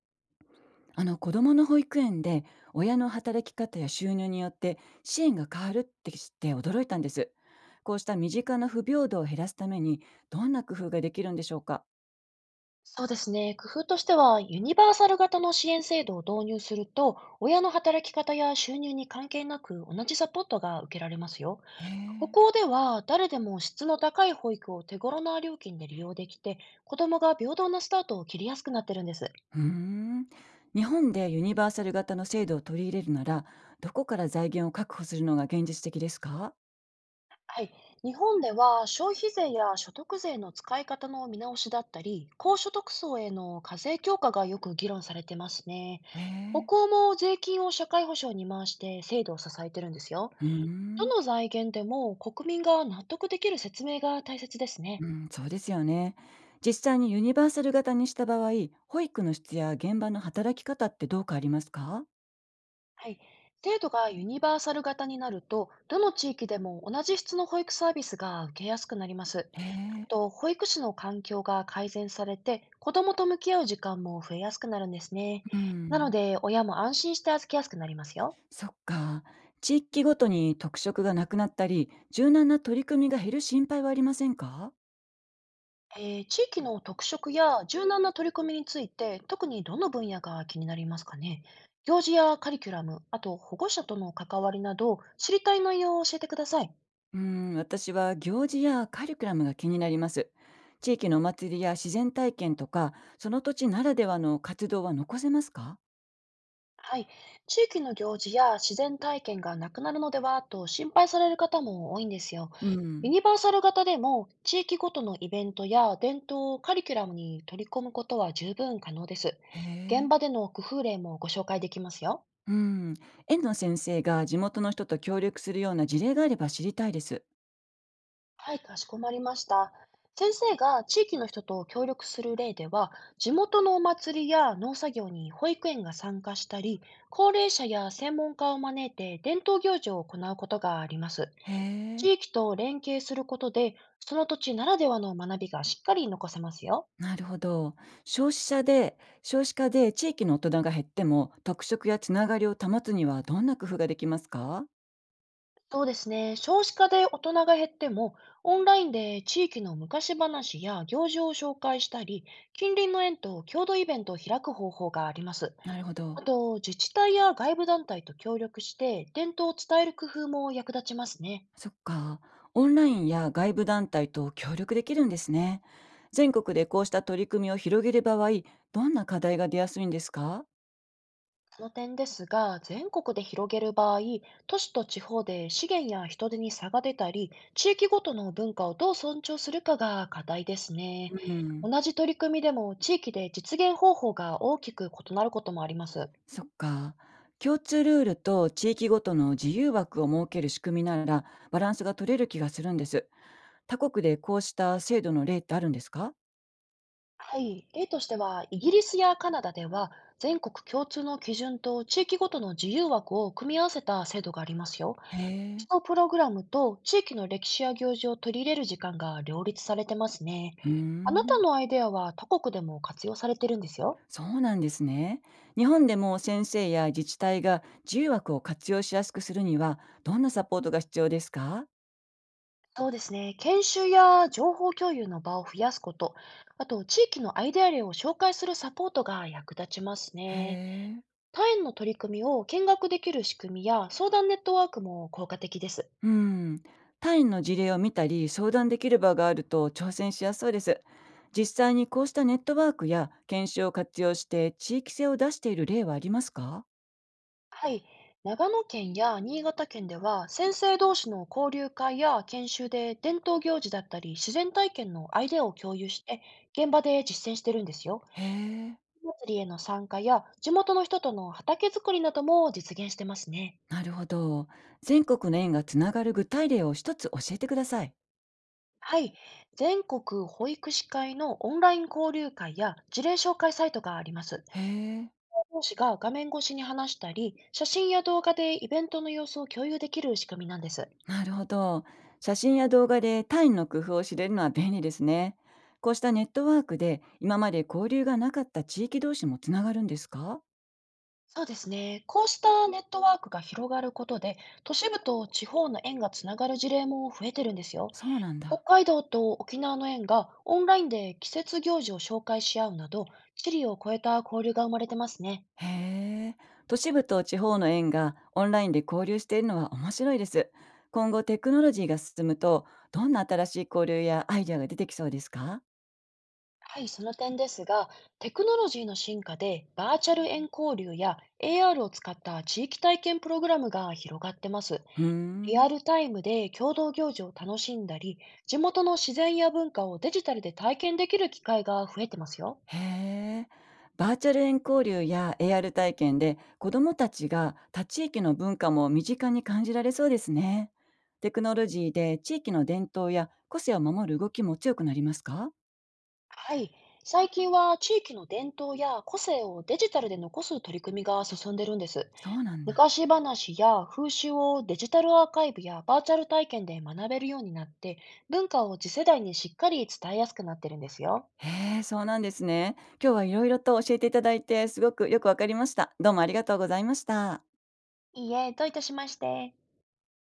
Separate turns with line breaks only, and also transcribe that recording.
あの子どもの保育園で親の働き方や収入によって支援が変わるって知って驚いたんです。こうした身近な不平等を減らすためにどんな工夫ができるんでしょうか？
そうですね。工夫としては、ユニバーサル型の支援制度を導入すると、親の働き方や収入に関係なく同じサポートが受けられますよ。
へえ。
北欧では、誰でも質の高い保育を手頃な料金で利用できて、子どもが平等なスタートを切りやすくなってるんです。
うーん。日本でユニバーサル型の制度を取り入れるならどこから財源を確保するのが現実的ですか？
はい。日本では、消費税や所得税の使い方の見直しだったり、高所得層への課税強化がよく議論されてますね。
へえ。
北欧も税金を社会保障に回して制度を支えてるんですよ。
うーん、
どの財源でも国民が納得できる説明が大切ですね。
うん、そうですよね。実際にユニバーサル型にした場合、保育の質や現場の働き方ってどうかありますか？
はい。制度がユニバーサル型になると、どの地域でも同じ質の保育サービスが受けやすくなります。
へ
あ
え。
と、保育士の環境が改善されて、子どもと向き合う時間も増えやすくなるんですね。
う
なの
ん。
で、親も安心して預けやすくなりますよ。
そっか。地域ごとに特色がなくなったり、柔軟な取り組みが減る心配はありませんか？
地域の特色や柔軟な取り組みについて、特にどの分野が気になりますかね。行事やカリキュラム、あと保護者との関わりなど、知りたい内容を教えてください。
うーん、私は行事やカリキュラムが気になります。地域のお祭りや自然体験とか、その土地ならではの活動は残せますか？
はい。地域の行事や自然体験がなくなるのではと心配される方も多いんですよ。
う
ユ
ん。
ニバーサル型でも地域ごとのイベントや伝統をカリキュラムに取り込むことは十分可能です。
へ
現
え。
場での工夫例もご紹介できますよ。
うん。園の先生が地元の人と協力するような事例があれば知りたいです。
はい、かしこまりました。先生が地域の人と協力する例では、地元のお祭りや農作業に保育園が参加したり、高齢者や専門家を招いて伝統行事を行うことがあります。
へえ。
地域と連携することで、その土地ならではの学びがしっかり残せますよ。
なるほど。少子化で、少子化で地域の大人が減っても、特色やつながりを保つにはどんな工夫ができますか？
そうですね。少子化で大人が減っても、オンラインで地域の昔話や行事を紹介したり、近隣の園と共同イベントを開く方法があります。
なるほど。
あと、自治体や外部団体と協力して、伝統を伝える工夫も役立ちますね。
そっか。オンラインや外部団体と協力できるんですね。全国でこうした取り組みを広げる場合、どんな課題が出やすいんですか？
その点ですが、全国で広げる場合、都市と地方で資源や人手に差が出たり、地域ごとの文化をどう尊重するかが課題ですね。
うん。
同じ取り組みでも、地域で実現方法が大きく異なることもあります。
そっか。共通ルールと地域ごとの自由枠を設ける仕組みなら、バランスが取れる気がするんです。他国でこうした制度の例ってあるんですか？
はい、例としては、イギリスやカナダでは、全国共通の基準と地域ごとの自由枠を組み合わせた制度がありますよ。
へ
基礎
え。
プログラムと地域の歴史や行事を取り入れる時間が両立されてますね。
うー
あなた
ん、
のアイデアは他国でも活用されてるんですよ。
そうなんですね。日本でも先生や自治体が自由枠を活用しやすくするには、どんなサポートが必要ですか？
そうですね。研修や情報共有の場を増やすこと、あと地域のアイデア例を紹介するサポートが役立ちます
へ
ね。
え。
他園の取り組みを見学できる仕組みや相談ネットワークも効果的です。
うん、単位の事例を見たり相談できる場があると挑戦しやすそうです。実際にこうしたネットワークや研修を活用して地域性を出している例はありますか？
はい。長野県や新潟県では、先生同士の交流会や研修で伝統行事だったり、自然体験のアイデアを共有して、現場で実践してるんですよ。
へえ。
祭りへの参加や、地元の人との畑作りなども実現してますね。
なるほど。全国の縁がつながる具体例を一つ教えてください。
はい。全国保育士会のオンライン交流会や事例紹介サイトがあります。
へえ。
講師が画面越しに話したり、写真や動画でイベントの様子を共有できる仕組みなんです。
なるほど。写真や動画でタイの工夫を知れるのは便利ですね。こうしたネットワークで今まで交流がなかった地域同士もつながるんですか？
そうですね。こうしたネットワークが広がることで、都市部と地方の縁がつながる事例も増えてるんですよ。
そうなん
北
だ。
海道と沖縄の縁がオンラインで季節行事を紹介し合うなど、地理を超えた交流が生まれてますね。
へえ。都市部と地方の縁がオンラインで交流しているのは面白いです。今後テクノロジーが進むとどんな新しい交流やアイデアが出てきそうですか？
はい、その点ですが、テクノロジーの進化でバーチャル縁交流や AR を使った地域体験プログラムが広がってます。
うー
リア
ん。
ルタイムで共同行事を楽しんだり、地元の自然や文化をデジタルで体験できる機会が増えてますよ。
へえ。バーチャル円交流や AR 体験で子どもたちが他地域の文化も身近に感じられそうですね。テクノロジーで地域の伝統や個性を守る動きも強くなりますか？
はい。最近は地域の伝統や個性をデジタルで残す取り組みが進んでるんです。
そうなんだ。
昔話や風習をデジタルアーカイブやバーチャル体験で学べるようになって、文化を次世代にしっかり伝えやすくなってるんですよ。
へえ、そうなんですね。今日はいろいろと教えていただいてすごくよくわかりました。どうもありがとうございました。
いいえ、どういたしまして。